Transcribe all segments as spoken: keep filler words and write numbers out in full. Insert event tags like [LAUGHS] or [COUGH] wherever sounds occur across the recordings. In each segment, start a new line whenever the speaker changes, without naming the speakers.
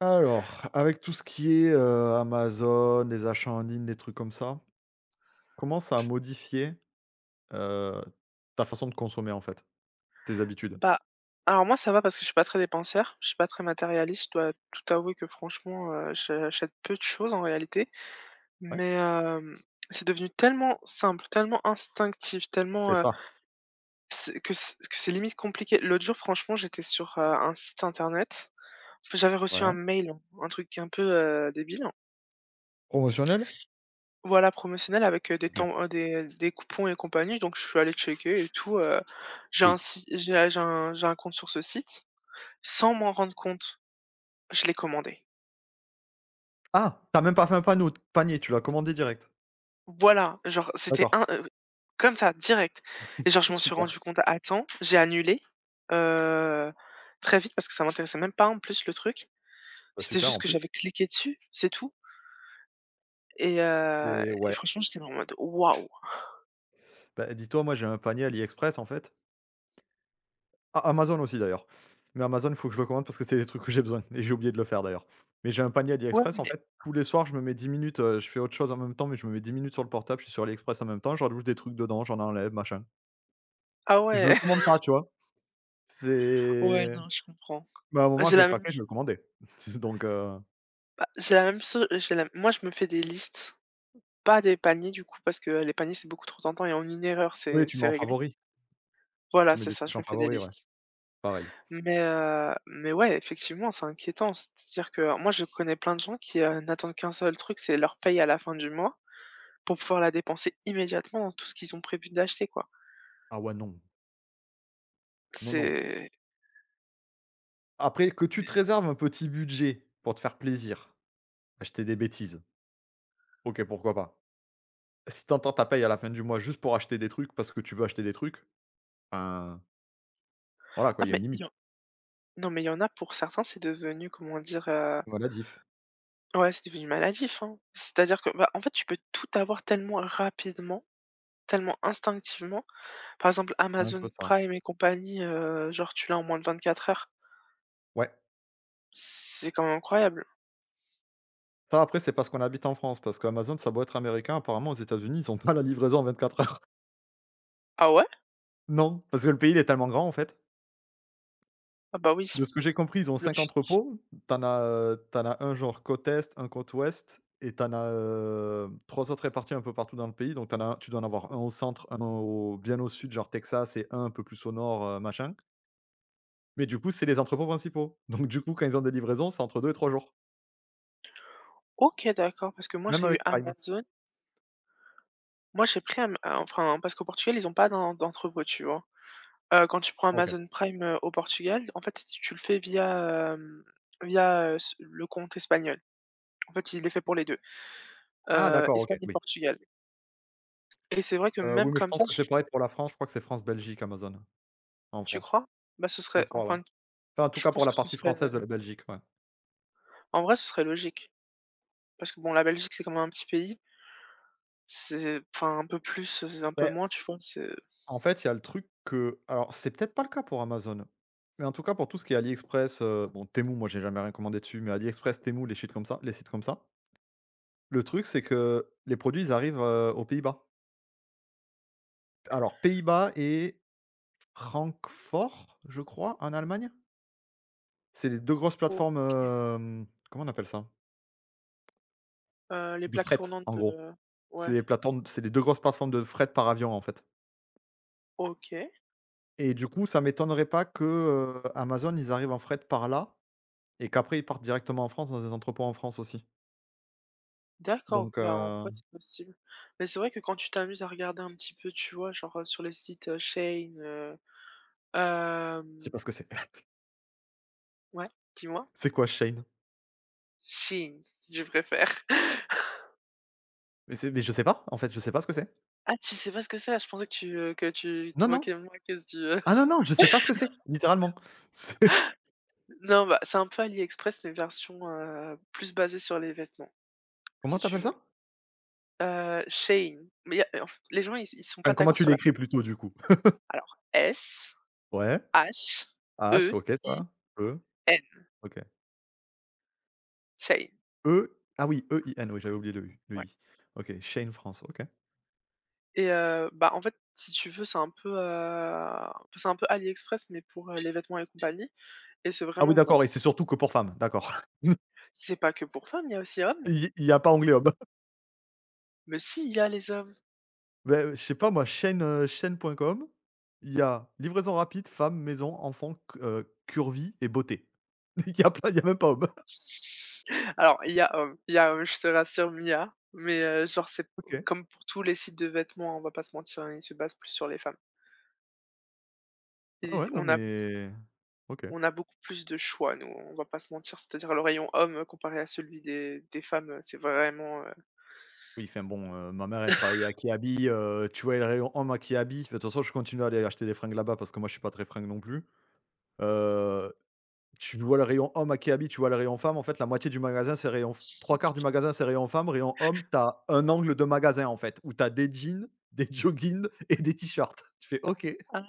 Alors, avec tout ce qui est, heu, Amazon, les achats en ligne, les trucs comme ça, comment ça a modifié, heu, ta façon de consommer, en fait? Tes habitudes?
Bah, alors moi ça va parce que je suis pas très dépensière, je suis pas très matérialiste, je dois tout avouer que franchement, heu, je j'achète peu de choses en réalité.
Ouais,
Mais, hem, c'est devenu tellement simple, tellement instinctif,
c'est
tellement, heu,
ça.
c'est que c'est que c'est limite compliqué. L'autre jour franchement, j'étais sur, heu, un site internet, enfin j'avais reçu
Ouais.
un mail, un truc un peu, heu, débile.
Promotionnel?
Voilà, promotionnel avec, heu, des
OK,
temps, heu, des des coupons et compagnie, donc je suis allée checker et tout, heu. J'ai un
oui.
si j'ai j'ai un j'ai un compte sur ce site, sans m'en rendre compte. Je l'ai commandé.
Ah! T'as même pas fait un panneau panier, tu l'as commandé direct?
Voilà, genre c'était
D'accord.
un, heu, comme ça, direct, et genre je m'en suis
Super.
rendu compte à temps, j'ai annulé, heu, très vite parce que ça m'intéressait même pas en plus le truc.
Bah,
C'était
super
juste
en
que
plus
j'avais cliqué dessus, c'est tout, et heu
et
et
ouais.
franchement, j'étais en mode: «Waouh!»
Bah, dis-toi, moi j'ai un panier AliExpress, en fait. A Amazon aussi d'ailleurs. Mais Amazon, il faut que je le commande parce que c'est des trucs que j'ai besoin et j'ai oublié de le faire d'ailleurs. Mais j'ai un panier
Ouais,
AliExpress en
mais
fait, tous les soirs je me mets dix minutes, heu, je fais autre chose en même temps, mais je me mets dix minutes sur le portable, je suis sur AliExpress en même temps, je rajoute des trucs dedans, j'en enlève, machin.
ah,
Je
ouais.
le commande
[LAUGHS]
pas, tu vois?
Ouais,
C'est
non, je comprends.
Mais à un moment
J'ai
je vais
la même
craquer, je vais
ch
le commander. [LAUGHS] Donc heu,
bah, j'ai la même so j'ai la moi, je me fais des listes, pas des paniers du coup parce que les paniers, c'est beaucoup trop tentant et en une erreur,
oui,
c'est
tu mets
c'est
en
réglé.
favori, tu
Voilà,
mets
c'est
des
ça,
trucs
je
en
me fais des
favori, ouais,
listes.
pareil.
Mais heu, mais ouais, effectivement, c'est inquiétant. C'est-à-dire que moi, je connais plein de gens qui, heu, n'attendent qu'un seul truc, c'est leur paye à la fin du mois pour pouvoir la dépenser immédiatement dans tout ce qu'ils ont prévu d'acheter, quoi.
Ah ouais, non, non, non.
C'est
Après que tu
mais
te réserves un petit budget pour te faire plaisir, acheter des bêtises, OK, pourquoi pas. Si t'entends entends ta paye à la fin du mois juste pour acheter des trucs parce que tu veux acheter des trucs, enfin, voilà quoi,
ah
il y a
mais
une
il y
limite.
en non, mais il y en a pour certains, c'est devenu, comment dire? Heu,
Voilà la diff,
ouais, c'est devenu maladif, hein. C'est-à-dire que, bah, en fait, tu peux tout avoir tellement rapidement, tellement instinctivement. Par exemple,
un peu
Amazon
ça.
Prime et compagnie, heu, genre, tu l'as en moins de vingt-quatre heures.
Ouais.
C'est quand même incroyable.
Ça après, c'est parce qu'on habite en France, parce qu'Amazon, ça a beau être américain, apparemment aux États-Unis, ils ont pas la livraison en vingt-quatre heures. [LAUGHS]
Ah ouais?
Non, parce que le pays, il est tellement grand en fait.
Ah bah oui.
De ce que j'ai compris, ils ont cinq entrepôts. T'en as, t'en as un genre côte est, un côte ouest et t'en as, heu, trois autres répartis un peu partout dans le pays. Donc t'en as un tu dois en avoir un au centre, un au bien au sud, genre Texas et un un peu plus au nord, heu, machin. Mais du coup, c'est les entrepôts principaux. Donc du coup, quand ils ont des livraisons, c'est entre deux et trois jours,
OK, d'accord, parce que moi,
même
j'ai eu
avec Prime.
Amazon. Moi, j'ai pris Am ah, enfin, parce qu'au Portugal, ils ont pas d'en d'entrepôt, tu vois? Heu, quand tu prends
OK.
Amazon Prime, heu, au Portugal, en fait, si tu le fais via, hem, via, heu, s le compte espagnol. En fait, il est fait pour les deux
Ah
heu,
d'accord, OK,
Espagne et
oui.
Portugal, et c'est vrai que
Heu,
même
oui, mais je
comme
pense
ça,
que c'est
j
pareil pour la France, je crois que c'est France-Belgique Amazon, en
tu
France.
crois? Bah, ce
Je
serait
crois, ouais.
enfin,
Enfin, en tout
je
cas, pour
pense
la
que ce
partie
serait
française de la Belgique, ouais.
en vrai, ce serait logique parce que bon, la Belgique, c'est quand même un petit pays. C'est, enfin, un peu plus, heu, un peu
Beh,
moins, tu vois? C'est
en fait, il y a le truc que alors c'est peut-être pas le cas pour Amazon, mais en tout cas pour tout ce qui est AliExpress, heu, bon Temu, moi j'ai jamais rien commandé dessus, mais AliExpress, Temu, les sites comme ça les sites comme ça. Le truc, c'est que les produits, ils arrivent, heu, aux Pays-Bas. Alors Pays-Bas et Francfort, je crois, en Allemagne? C'est les deux grosses
OK,
plateformes, hem, comment on appelle ça?
heu, les
De
plaques
fret,
tournantes
en gros.
de,
C'est
ouais,
les plateformes c'est les deux grosses plateformes de fret par avion, en fait
OK.
et du coup, ça m'étonnerait pas que, heu, Amazon, ils arrivent en fret par là et qu'après ils partent directement en France, dans des entrepôts en France aussi.
D'accord,
Donc
bah, en
heu,
vrai, c'est possible. Mais c'est vrai que quand tu t'amuses à regarder un petit peu, tu vois, genre, heu, sur les sites, heu, Shein, heu,
je sais
hem,
pas ce que c'est.
ouais, dis-moi?
[LAUGHS] C'est quoi Shane?
Shein, si tu préfères. [LAUGHS]
Mais c'est mais je sais pas, en fait, je sais pas ce que c'est.
Ah, tu sais pas ce que c'est? Ah, je pensais que tu, heu, que tu
Non,
te
non.
moquais de moi à cause du, heu
Ah non,
[LAUGHS]
non, je sais pas ce que c'est, littéralement. [LAUGHS] C'est
Non, bah, c'est un peu AliExpress mais version, heu, plus basée sur les vêtements,
comment
si tu
t'appelles ça?
veux. Heu, Shein, mais y a en f les gens, ils ils sont
Enfin,
pas
comment
d'accord
tu
sur la
l'écris plutôt,
prononciation.
du coup?
Alors
Ouais, H, OK,
S H E I N,
ça, E, OK.
Shein, ouais.
E, ah oui, E I N, oui, j'avais oublié le U le I. OK, Shein France, OK.
Et, heu, bah, en fait, si tu veux, c'est un peu, heu, enfin, c'est un peu AliExpress, mais pour, heu, les vêtements et compagnie, et c'est
Ah oui,
vraiment bon.
d'accord et c'est surtout que pour femmes, d'accord. [LAUGHS]
C'est pas que pour femmes, il y a aussi hommes.
Il y a pas anglais hommes.
Mais si, il y a les hommes.
Beh, [LAUGHS] je sais pas moi, Shein, heu, shein point com, il y a livraison rapide, femme, maison, enfant, c heu, curvy et beauté. [LAUGHS] Il y a pas il y a même pas hommes.
[LAUGHS] Alors, il y a hommes, il y a hommes, je te rassure, Mia. Mais, heu, genre, c'est
OK. Ouais,
comme pour tous les sites de vêtements, on va pas se mentir, hein, ils se basent plus sur les femmes et
ouais, non
on a
mais OK.
on a beaucoup plus de choix, nous, on va pas se mentir. C'est-à-dire, le rayon hommes comparé à celui des des femmes, c'est vraiment, heu
Oui, enfin bon, heu, ma mère elle travaillait à Kiabi, heu, tu vois, et le rayon hommes à Kiabi, de toute façon je continue à aller acheter des fringues là-bas parce que moi je suis pas très fringue non plus. Heu Tu vois le rayon homme à Akehabi, tu vois le rayon femme, en fait, la moitié du magasin, c'est rayon f trois quarts du magasin, c'est rayon femme, rayon homme, t'as un angle de magasin, en fait, où t'as des jeans, [LAUGHS] des joggings et des t-shirts. Tu fais: «OK». Eh,
[LAUGHS]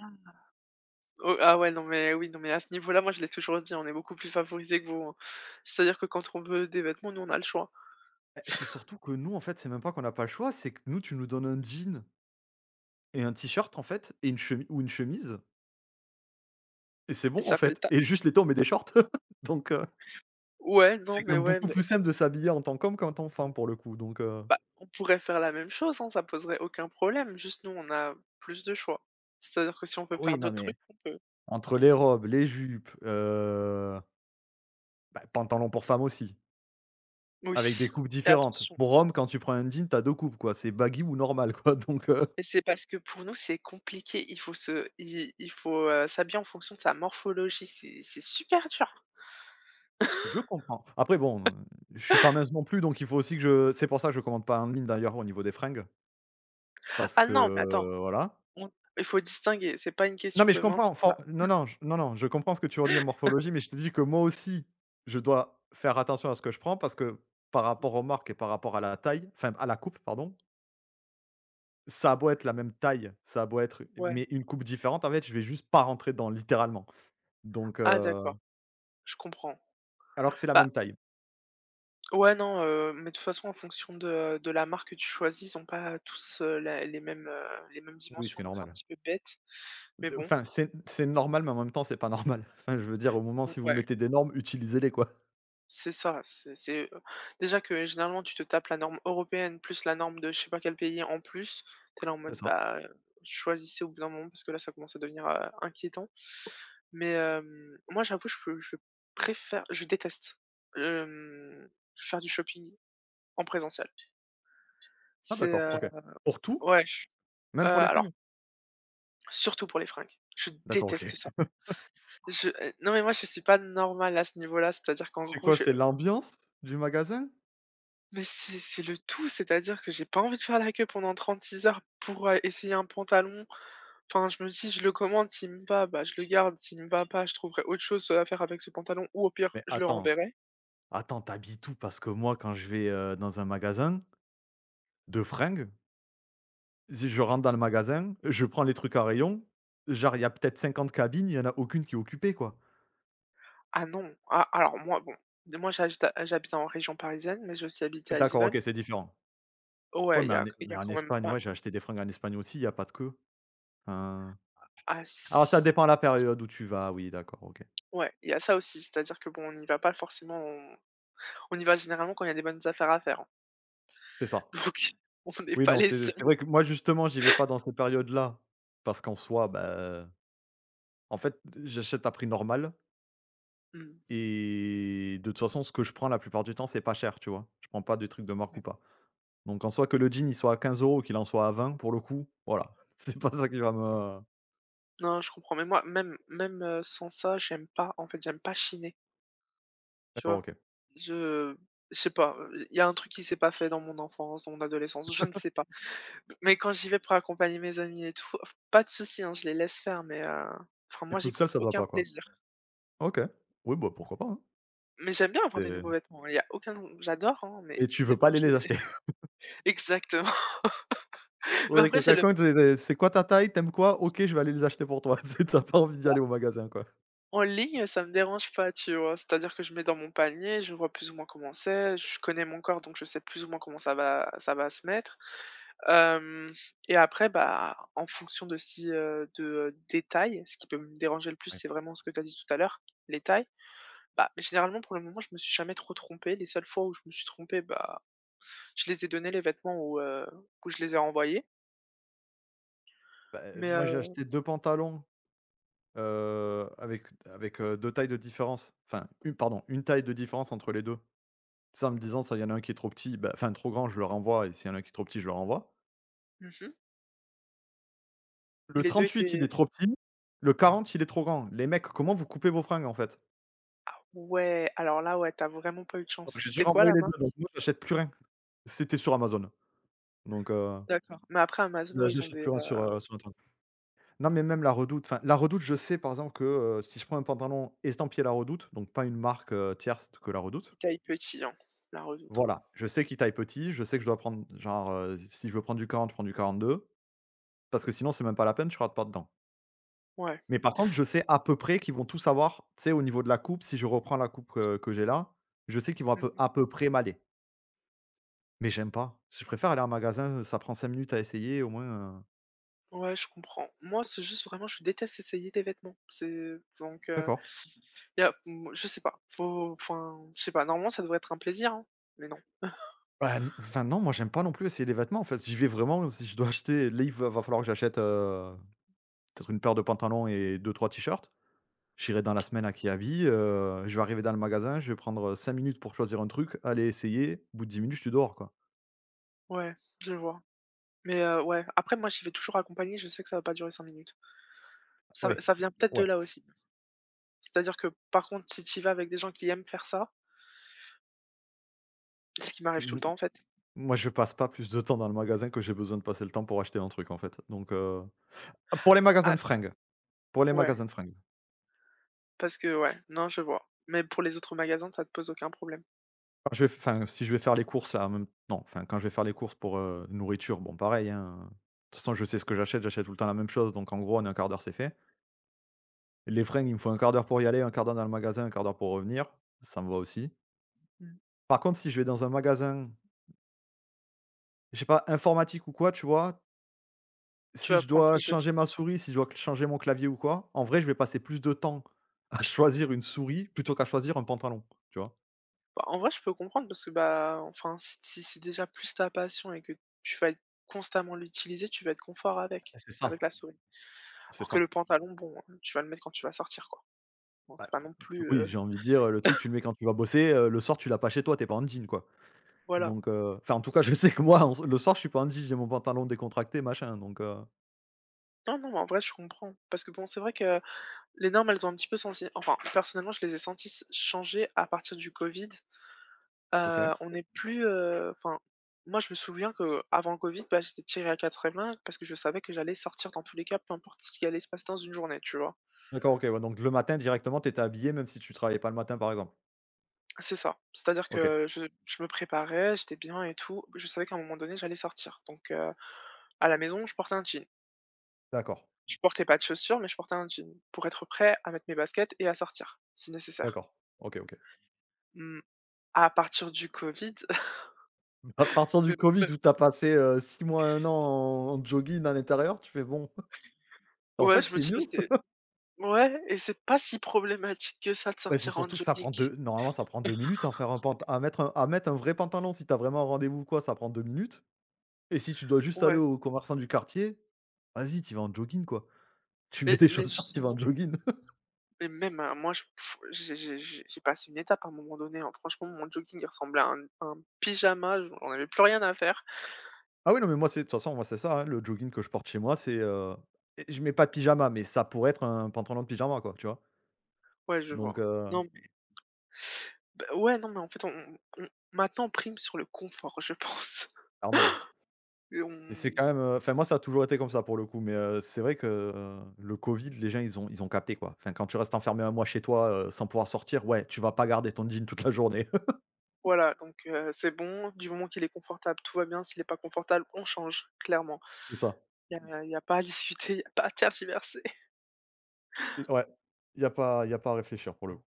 Oh, ah ouais, non mais oui, non mais à ce niveau-là, moi je l'ai toujours dit, on est beaucoup plus favorisés que vous, hein. C'est-à-dire que quand on veut des vêtements, nous on a le choix.
c'est surtout
[LAUGHS]
que nous, en fait, c'est même pas qu'on n'a pas le choix, c'est que nous, tu nous donnes un jean et un t-shirt, en fait, et une chemise ou une chemise et c'est
Et
bon, en
ça fait le
fait
taf.
et juste l'été, on met des shorts [LAUGHS] donc heu,
Ouais, non
c'est quand
mais
même
ouais,
beaucoup
mais
plus simple de s'habiller en tant qu'homme qu'en tant que femme, pour le coup, donc heu
bah, on pourrait faire la même chose, hein, ça poserait aucun problème, juste nous on a plus de choix. C'est-à-dire que si on
Ah
veut
oui,
faire
non
d'autres
mais
trucs, on peut.
entre les robes, les jupes, heu, bah, pantalon pour femme aussi, avec des
Oui,
coupes
et
différentes.
attention.
Pour homme, quand tu prends un jean, tu as deux coupes, quoi. C'est baggy ou normal, quoi, [LAUGHS] donc heu,
Et c'est parce que pour nous c'est compliqué, il faut se il il faut, heu, s'habiller en fonction de sa morphologie, c'est c'est super dur.
je comprends. Après bon, je suis pas mince non plus, donc il faut aussi que je c'est pour ça que je commande pas en ligne d'ailleurs au niveau des fringues,
Ah
parce
ah
que
non, mais attends,
euh, voilà.
on il faut distinguer, c'est pas une
Non
question
mais je
de
comprends,
minceur là.
for non, non, j non, non, je comprends ce que tu veux dire morphologie, mais je te dis que moi aussi, je dois faire attention à ce que je prends parce que par rapport aux marques et par rapport à la taille, enfin à la coupe, pardon, ça a beau être la même taille, ça a beau être
Ouais.
mais une coupe différente, en fait, je vais juste pas rentrer dans littéralement, donc
Ah
heu
d'accord. Je comprends.
Alors que c'est la
Bah,
même taille.
ouais, non, heu, mais de toute façon, en fonction de de la marque que tu choisis, ils ont pas tous, heu, la les mêmes, heu, les mêmes
Oui, ce qui
dimensions,
est
donc c'est un
normal.
petit peu bête. Mais
C'est
bon,
enfin, c'est c'est normal, mais en même temps, c'est pas normal. [LAUGHS] Enfin, je veux dire, au moment, si vous
ouais,
mettez des normes, utilisez-les, quoi. [LAUGHS]
c'est ça, c'est c'est, déjà que généralement, tu te tapes la norme européenne plus la norme de je sais pas quel pays en plus. T'es là en
C'est
mode:
ça.
«Bah, heu, choisissez au bout d'un moment parce que là, ça commence à devenir, heu, inquiétant». Mais, hem, moi, j'avoue, je peux je préfère je déteste, hem, faire du shopping en présentiel.
Ah
C'est,
d'accord,
heu
OK. Pour tout?
ouais, je
Même
heu,
pour les fringues?
alors surtout pour les fringues. Je
D'accord, OK.
déteste ça.
[LAUGHS]
Je, heu, non mais moi je suis pas normale à ce niveau-là, c'est-à-dire qu'en
C'est
gros,
quoi?
je
C'est l'ambiance du magasin?
mais c'est c'est le tout, c'est-à-dire que j'ai pas envie de faire la queue pendant trente-six heures pour, heu, essayer un pantalon. Enfin, je me dis: «Je le commande, s'il me va, bah, je le garde, s'il me va pas, je trouverai autre chose, heu, à faire avec ce pantalon ou au pire,
Mais
je le
attends,
renverrai».
attends, t'habites habilles où? Parce que moi, quand je vais, heu, dans un magasin de fringues, si je rentre dans le magasin, je prends les trucs à rayon. Genre, il y a peut-être cinquante cabines, il y en a aucune qui est occupée, quoi.
Ah non, ah alors moi bon, moi j'habite à j'habite en région parisienne, mais j'ai aussi habité à
D'accord, OK,
Lisbonne.
c'est différent. Ouais,
Ouais, il
mais
y
en
a
E,
il y
mais
a
en
quand même
Espagne,
pas
ouais,
m
j'ai acheté des fringues en Espagne aussi, il y a pas de queue. Enfin
Ah
alors ça
si.
dépend la période où tu vas, oui d'accord, OK.
Ouais, il y a ça aussi, c'est-à-dire que bon, on y va pas forcément. On y va généralement quand il y a des bonnes affaires à faire, hein.
C'est ça.
[LAUGHS] Donc on n'est
Oui,
pas
non,
les
c'est c'est
seuls.
vrai que moi justement j'y vais pas dans ces périodes-là, parce qu'en soi, bah, en fait, j'achète à prix normal
Mmh.
et de toute façon ce que je prends la plupart du temps, c'est pas cher, tu vois? Je prends pas des trucs de marque ou
Ouais.
pas. Donc en soi que le jean il soit à quinze euros ou qu'il en soit à vingt pour le coup, voilà, [LAUGHS] c'est pas ça qui va me
Non, je comprends, mais moi, même, même, heu, sans ça, j'aime pas, en fait, j'aime pas chiner, tu
d'accord,
vois?
OK.
Je je sais pas, il y a un truc qui s'est pas fait dans mon enfance, dans mon adolescence, je ne sais pas. Mais quand j'y vais pour accompagner mes amis et tout, enfin, pas de souci, hein, je les laisse faire, mais, heu, enfin
Et
moi,
toute seule
j'éprouve
ça te va
aucun
pas, quoi?
plaisir.
OK. Oui, bah, pourquoi pas, hein?
Mais j'aime bien avoir des
C'est
nouveaux vêtements, hein, il y a aucun, j'adore, hein, mais,
mais tu veux
mais
pas
moi
aller
je
les
les…
acheter.
[LAUGHS] Exactement. [LAUGHS] Mais
Ouais, que
après j'ai le
quelqu'un
même.
te disait: «C'est quoi ta taille? T'aimes quoi? OK, je vais aller les acheter pour toi». [LAUGHS] Tu sais, tu pas envie d'y aller au magasin, quoi.
En ligne, ça me dérange pas, tu vois? C'est-à-dire que je mets dans mon panier, je vois plus ou moins comment c'est, je connais mon corps, donc je sais plus ou moins comment ça va ça va se mettre. Hem Et après, bah, en fonction de si, heu, de, heu, des tailles, ce qui peut me déranger le plus,
Ouais.
c'est vraiment ce que tu as dit tout à l'heure, les tailles. Bah, mais généralement, pour le moment, je me suis jamais trop trompée. Les seules fois où je me suis trompée, bah, je les ai donné les vêtements ou heu, où je les ai renvoyés,
Bah, heu,
mais…
moi, j'ai
heu
acheté deux pantalons, heu, avec avec, heu, deux tailles de différence. Enfin, une pardon, une taille de différence entre les deux. Ça en me disant: «S'il y en a un qui est trop petit, bah enfin trop grand, je le renvoie et s'il y en a un qui est trop petit, je le renvoie».
mmh mh,
Le
les deux
trente-huit, il est
étaient…
trop petit, le quarante, il est trop grand. Les mecs, comment vous coupez vos fringues, en fait?
Ouais, alors là, ouais, t'as vraiment pas eu de
Donc
chance.
j'ai dû
C'était quoi
renvoyer
la
les deux.
marque?
Donc moi, j'achète plus rien. C'était sur Amazon, donc heu,
D'accord, mais après Amazon,
là,
ouais, ils ont
j'achète
des,
plus rien sur,
heu,
heu, sur internet. Non, mais même la Redoute, enfin, la Redoute, je sais par exemple que, heu, si je prends un pantalon estampillé la Redoute, donc pas une marque, heu, tierce que la Redoute,
ils taillent petit, hein, La Redoute, hein.
voilà, je sais qu'il taille petit, je sais que je dois prendre genre, heu, si si je veux prendre du quarante, je prends du quarante-deux parce que sinon c'est même pas la peine, tu rates pas dedans.
Ouais.
Mais par contre, je sais à peu près qu'ils vont tous savoir, tu sais, au niveau de la coupe, si je reprends la coupe que que j'ai là, je sais qu'ils vont à peu
Mmh.
à peu près m'aller. Mais j'aime pas, je préfère aller en magasin, ça prend cinq minutes à essayer au moins, heu
Ouais, je comprends. Moi, c'est juste vraiment je déteste essayer des vêtements. C'est donc heu,
d'accord.
Y a, mmh, je sais pas, faut, enfin, je sais pas, normalement, ça devrait être un plaisir, hein, mais non.
Bah, n enfin non, moi j'aime pas non plus essayer les vêtements en fait. J'y vais vraiment, si je dois acheter là il va va falloir que j'achète, heu, peut-être une paire de pantalons et deux trois t-shirts. J'irai dans la semaine à Kiabi, heu, je vais arriver dans le magasin, je vais prendre, cinq minutes pour choisir un truc, aller essayer, au bout de dix minutes, je suis dehors quoi.
Ouais, je vois, mais, heu, ouais, après moi, j'y vais toujours accompagnée, je sais que ça va pas durer cinq minutes. Ça
Oui,
ça vient peut-être de
ouais.
là aussi. C'est-à-dire que, par contre, si tu vas avec des gens qui aiment faire ça, ce qui
C'est
m'arrive tout le
m
temps, en fait.
Moi je passe pas plus de temps dans le magasin que j'ai besoin de passer le temps pour acheter un truc en fait, donc heu, ah pour les magasins
Ah
de fringues, pour les
ouais,
magasins de fringues.
parce que ouais, non, je vois, mais pour les autres magasins, ça te pose aucun problème?
Quand je vais f Enfin, si je vais faire les courses là, en même non, enfin, quand je vais faire les courses pour, heu, nourriture, bon pareil, hein, de toute façon je sais ce que j'achète, j'achète tout le temps la même chose, donc en gros en un quart d'heure c'est fait. Les fringues, il me faut un quart d'heure pour y aller, un quart d'heure dans le magasin, un quart d'heure pour revenir, ça me va aussi.
Mmh.
Par contre, si je vais dans un magasin, je sais pas, informatique ou quoi, tu vois?
Tu
Si
vas
je
prendre
dois
plus de
changer
temps.
ma souris, si je dois changer mon clavier ou quoi, en vrai, je vais passer plus de temps à [LAUGHS] choisir une souris plutôt qu'à choisir un pantalon, tu vois?
Bah, en vrai, je peux comprendre parce que, bah, enfin, si si c'est déjà plus ta passion et que tu vas constamment l'utiliser, tu vas être confort avec,
C'est
avec
ça,
la souris.
c'est
Alors que
ça.
le pantalon, bon, heu, tu vas le mettre quand tu vas sortir, quoi. Bon,
Bah,
c'est pas non plus,
oui,
heu,
j'ai envie de dire, le truc, tu le mets quand tu vas bosser, heu, le soir, tu l'as pas chez toi, tu es pas en jean, quoi.
voilà.
Donc heu, enfin, en tout cas, je sais que moi, en s le soir, je suis pas en jean, j'ai mon pantalon décontracté, machin, donc heu,
Non, non, mais en vrai, je comprends parce que, bon, c'est vrai que les normes, elles ont un petit peu senti enfin, personnellement, je les ai senties s changer à partir du Covid.
OK.
Heu, on n'est plus, heu, enfin, moi, je me souviens qu'avant le Covid, bah, j'étais tirée à quatre épingles parce que je savais que j'allais sortir dans tous les cas, peu importe ce qui allait se passer dans une journée, tu vois?
D'accord, OK, ouais, donc le matin, directement, tu étais habillé même si tu travaillais pas le matin, par exemple?
C'est ça. C'est-à-dire
OK,
que je je me préparais, j'étais bien et tout. Je savais qu'à un moment donné, j'allais sortir. Donc, heu, à la maison, je portais un jean.
d'accord,
Je portais pas de chaussures, mais je portais un jean pour être prêt à mettre mes baskets et à sortir, si nécessaire.
d'accord. OK, OK.
Mmh, à partir du Covid… [LAUGHS]
À partir du
Mais,
Covid
mais
où tu as passé, heu, six mois, un an en en jogging à l'intérieur, tu fais: «Bon, en
ouais,
fait,
je me
c'est
dis: «Bah,
mieux».
c'est…» Ouais, et c'est pas si problématique que ça de
Bah, c'est
sortir en
surtout que ça prend
jogging.
deux. Normalement, ça prend deux minutes, en faire un pant à mettre un à mettre un vrai pantalon si tu as vraiment un rendez-vous ou quoi, ça prend deux minutes. Et si tu dois juste aller
Ouais,
au commerçant du quartier, vas-y, tu vas en jogging, quoi. [LAUGHS] Tu mets
mais
des
mais
chaussures, tu vas en
justement,
jogging. [LAUGHS]
mais même, heu, moi, je pff, j'ai j'ai j'ai j'ai passé une étape à un moment donné, hein. Franchement, mon jogging, il ressemblait à un un pyjama, j'en avais plus rien à faire.
Ah oui, non, mais moi, c'est de toute façon, moi, c'est ça, hein, le jogging que je porte chez moi, c'est, heu et je mets pas de pyjama, mais ça pourrait être un pantalon de pyjama, quoi, tu vois?
Ouais, je
Donc
vois.
heu,
Non, mais bah, ouais, non, mais en fait, on on maintenant, on prime sur le confort, je pense. [LAUGHS]
clairement
Et,
et c'est
on
quand même, heu enfin, moi, ça a toujours été comme ça, pour le coup, mais heu, c'est vrai que, heu, le covid, les gens, ils ont ils ont capté, quoi. Enfin, quand tu restes enfermé un mois chez toi, heu, sans pouvoir sortir, ouais, tu vas pas garder ton jean toute la journée. [LAUGHS]
voilà, donc, heu, c'est bon, du moment qu'il est confortable, tout va bien, s'il est pas confortable, on change, clairement.
C'est ça.
Il y a il y a pas à [LAUGHS] discuter, il y a pas à tergiverser.
Ouais, il y a pas il y a pas à réfléchir, pour le coup.